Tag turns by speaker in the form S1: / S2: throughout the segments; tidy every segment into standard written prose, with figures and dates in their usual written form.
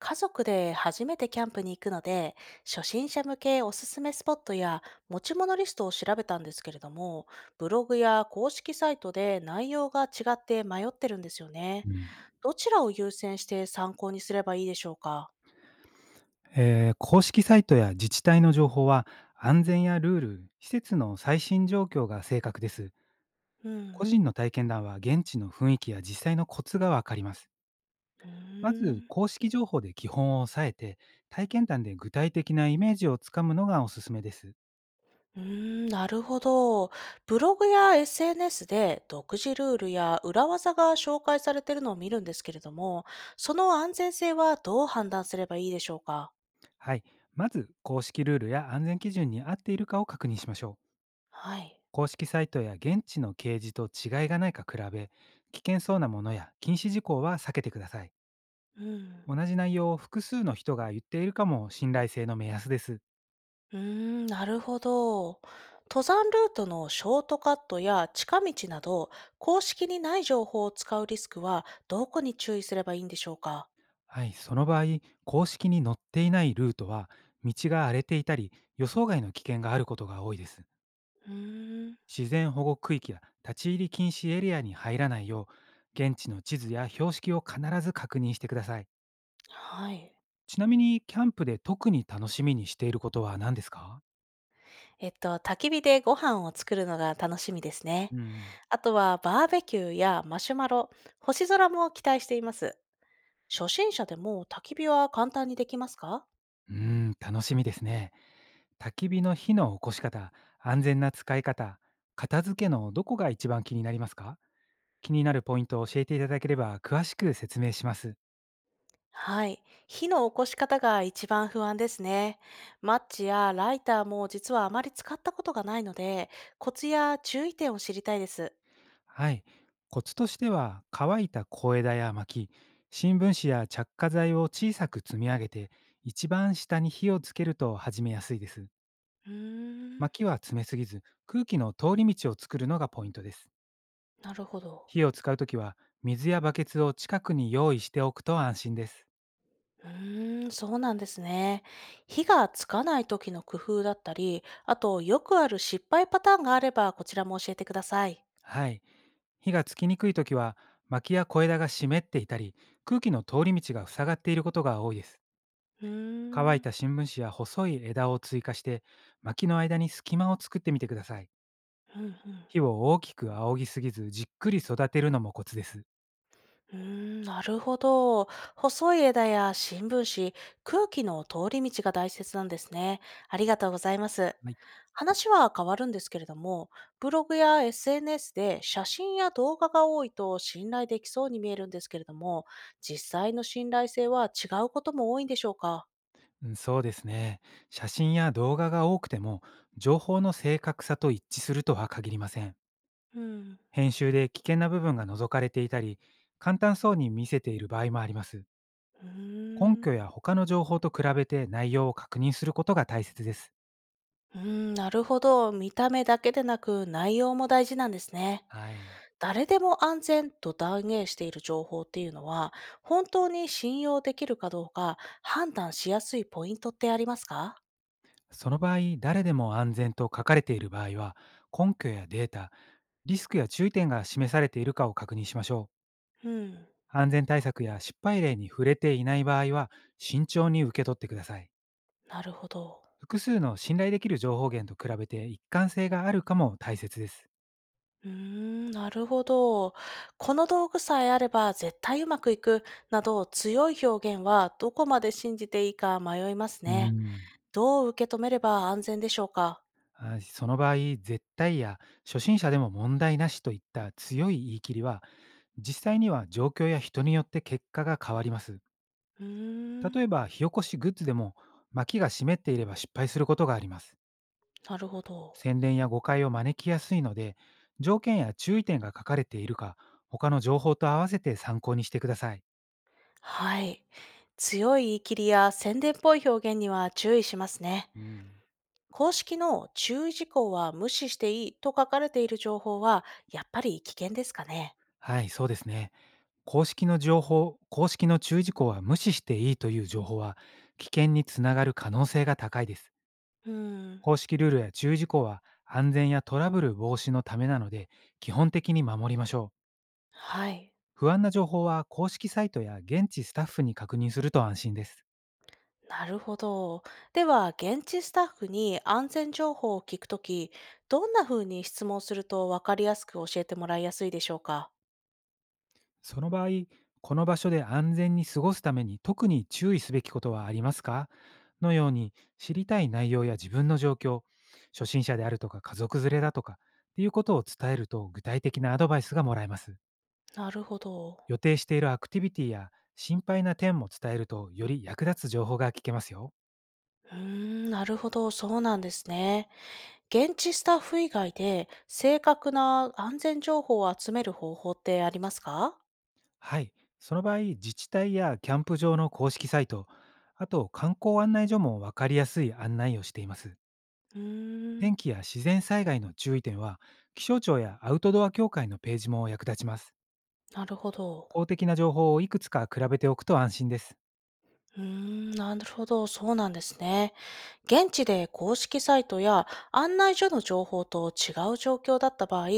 S1: 家族で初めてキャンプに行くので、初心者向けおすすめスポットや持ち物リストを調べたんですけれども、ブログや公式サイトで内容が違って迷ってるんですよね。
S2: うん、
S1: どちらを優先して参考にすればいいでしょうか？
S2: 公式サイトや自治体の情報は安全やルール、施設の最新状況が正確です。
S1: う
S2: 個
S1: ん。
S2: 人の体験談は現地の雰囲気や実際のコツがわかります。
S1: う
S2: ま
S1: ー
S2: ず
S1: ん。
S2: 公式情報で基本を押さえて、体験談で具体的なイメージをつかむのがおすすめです。
S1: うーん、なるほど。ブログや SNS で独自ルールや裏技が紹介されているのを見るんですけれども、その安全性はどう判断すればいいでしょうか？
S2: はい。まず公式ルールや安全基準に合っているかを確認しましょう。
S1: はい。
S2: 公式サイトや現地の掲示と違いがないか比べ、危険そうなものや禁止事項は避けてください。
S1: うん。
S2: 同じ内容を複数の人が言っているかも信頼性の目安です。
S1: うーん、なるほど。登山ルートのショートカットや近道など、公式にない情報を使うリスクは、どこに注意すればいいんでしょうか？
S2: はい、その場合、公式に載っていないルートは、道が荒れていたり、予想外の危険があることが多いです。
S1: うーん、
S2: 自然保護区域や立ち入り禁止エリアに入らないよう、現地の地図や標識を必ず確認してください。
S1: はい。
S2: ちなみに、キャンプで特に楽しみにしていることは何ですか？
S1: 焚き火でご飯を作るのが楽しみですね。
S2: うん。
S1: あとは、バーベキューやマシュマロ、星空も期待しています。初心者でも焚き火は簡単にできますか？
S2: うーん、楽しみですね。焚き火の火の起こし方、安全な使い方、片付けのどこが一番気になりますか？気になるポイントを教えていただければ詳しく説明します。
S1: はい。火の起こし方が一番不安ですね。マッチやライターも実はあまり使ったことがないので、コツや注意点を知りたいです。
S2: はい。コツとしては、乾いた小枝や薪、新聞紙や着火剤を小さく積み上げて、一番下に火をつけると始めやすいです。
S1: うーん、
S2: 薪は詰めすぎず、空気の通り道を作るのがポイントです。
S1: なるほど。
S2: 火を使うときは、水やバケツを近くに用意しておくと安心です。
S1: うーん、そうなんですね。火がつかない時の工夫だったり、あとよくある失敗パターンがあればこちらも教えてください。
S2: はい。火がつきにくいときは、薪や小枝が湿っていたり、空気の通り道が塞がっていることが多いです。
S1: うー
S2: 乾い
S1: ん、
S2: た新聞紙や細い枝を追加して、薪の間に隙間を作ってみてください。
S1: うんうん。
S2: 火を大きく仰ぎすぎず、じっくり育てるのもコツです。
S1: うーん、なるほど。細い枝や新聞紙、空気の通り道が大切なんですね。ありがとうございます。
S2: はい。
S1: 話は変わるんですけれども、ブログや SNS で写真や動画が多いと信頼できそうに見えるんですけれども、実際の信頼性は違うことも多いんでしょうか？
S2: うん、そうですね。写真や動画が多くても、情報の正確さと一致するとは限りません。
S1: うん。
S2: 編集で危険な部分が除かれていたり、簡単そうに見せている場合もあります。
S1: う
S2: 根
S1: ーん。
S2: 拠や他の情報と比べて内容を確認することが大切です。
S1: うーん、なるほど。見た目だけでなく内容も大事なんですね。
S2: はい。
S1: 誰でも安全と断言している情報っていうのは、本当に信用できるかどうか判断しやすいポイントってありますか？
S2: その場合、誰でも安全と書かれている場合は、根拠やデータ、リスクや注意点が示されているかを確認しましょう。
S1: うん、
S2: 安全対策や失敗例に触れていない場合は、慎重に受け取ってください。
S1: なるほど。
S2: 複数の信頼できる情報源と比べて一貫性があるかも大切です。
S1: うーん、なるほど。この道具さえあれば絶対うまくいくなど強い表現はどこまで信じていいか迷います
S2: うー
S1: ね。
S2: ん。
S1: どう受け止めれば安全でしょうか？
S2: あ、その場合、絶対や初心者でも問題なしといった強い言い切りは、実際には状況や人によって結果が変わります。
S1: うーん、
S2: 例えば、火起こしグッズでも、薪が湿っていれば失敗することがあります。
S1: なるほど。
S2: 宣伝や誤解を招きやすいので、条件や注意点が書かれているか、他の情報と合わせて参考にしてください。
S1: はい。強い言い切りや宣伝っぽい表現には注意しますね。
S2: うん。
S1: 公式の注意事項は無視していいと書かれている情報は、やっぱり危険ですかね。
S2: はい、そうですね。公式の情報、公式の注意事項は無視していいという情報は、危険につながる可能性が高いです。
S1: うーん。
S2: 公式ルールや注意事項は、安全やトラブル防止のためなので、基本的に守りましょう。
S1: はい。
S2: 不安な情報は公式サイトや現地スタッフに確認すると安心です。
S1: なるほど。では、現地スタッフに安全情報を聞くとき、どんな風に質問すると分かりやすく教えてもらいやすいでしょうか。
S2: その場合、この場所で安全に過ごすために特に注意すべきことはありますか、のように、知りたい内容や自分の状況、初心者であるとか家族連れだとかっていうことを伝えると、具体的なアドバイスがもらえます。
S1: なるほど。
S2: 予定しているアクティビティや心配な点も伝えると、より役立つ情報が聞けますよ。
S1: うーん、なるほど。そうなんですね。現地スタッフ以外で正確な安全情報を集める方法ってありますか？
S2: はい。その場合、自治体やキャンプ場の公式サイト、あと観光案内所も分かりやすい案内をしています。
S1: うーん、
S2: 天気や自然災害の注意点は、気象庁やアウトドア協会のページも役立ちます。
S1: なるほど。
S2: 公的な情報をいくつか比べておくと安心です。
S1: うーん、なるほど、そうなんですね。現地で公式サイトや案内所の情報と違う状況だった場合、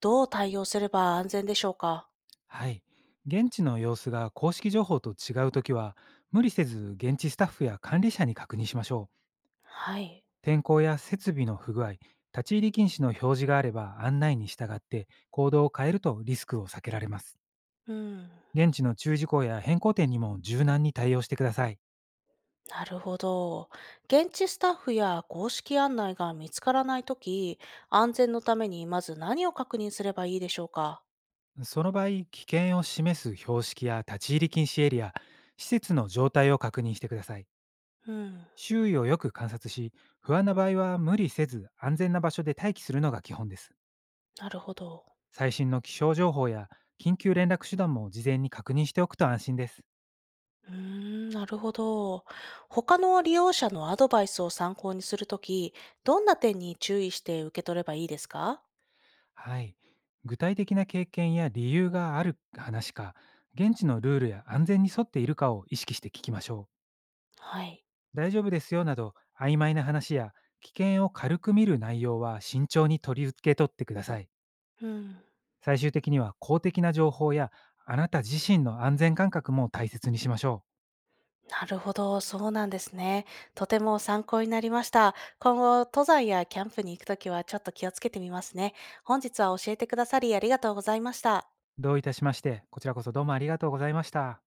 S1: どう対応すれば安全でしょうか？
S2: はい。現地の様子が公式情報と違うときは、無理せず現地スタッフや管理者に確認しましょう。
S1: はい。
S2: 天候や設備の不具合、立ち入り禁止の表示があれば、案内に従って行動を変えるとリスクを避けられます。
S1: うん。
S2: 現地の注意事項や変更点にも柔軟に対応してください。
S1: なるほど。現地スタッフや公式案内が見つからないとき、安全のためにまず何を確認すればいいでしょうか？
S2: その場合、危険を示す標識や立ち入り禁止エリア、施設の状態を確認してください。
S1: うん。
S2: 周囲をよく観察し、不安な場合は無理せず安全な場所で待機するのが基本です。
S1: なるほど。
S2: 最新の気象情報や緊急連絡手段も事前に確認しておくと安心です。
S1: うーん、なるほど。他の利用者のアドバイスを参考にするとき、どんな点に注意して受け取ればいいですか？
S2: はい。具体的な経験や理由がある話か、現地のルールや安全に沿っているかを意識して聞きましょう。
S1: はい。
S2: 大丈夫ですよなど曖昧な話や、危険を軽く見る内容は慎重に取り付け取ってください。
S1: うん。
S2: 最終的には公的な情報やあなた自身の安全感覚も大切にしましょ
S1: なるほど。そうなんですね。とても参考になりました。今後、登山やキャンプに行くときはちょっと気をつけてみますね。本日は教えてくださりありがとうございました。
S2: う。どういたしまして、こちらこそどうもありがとうございました。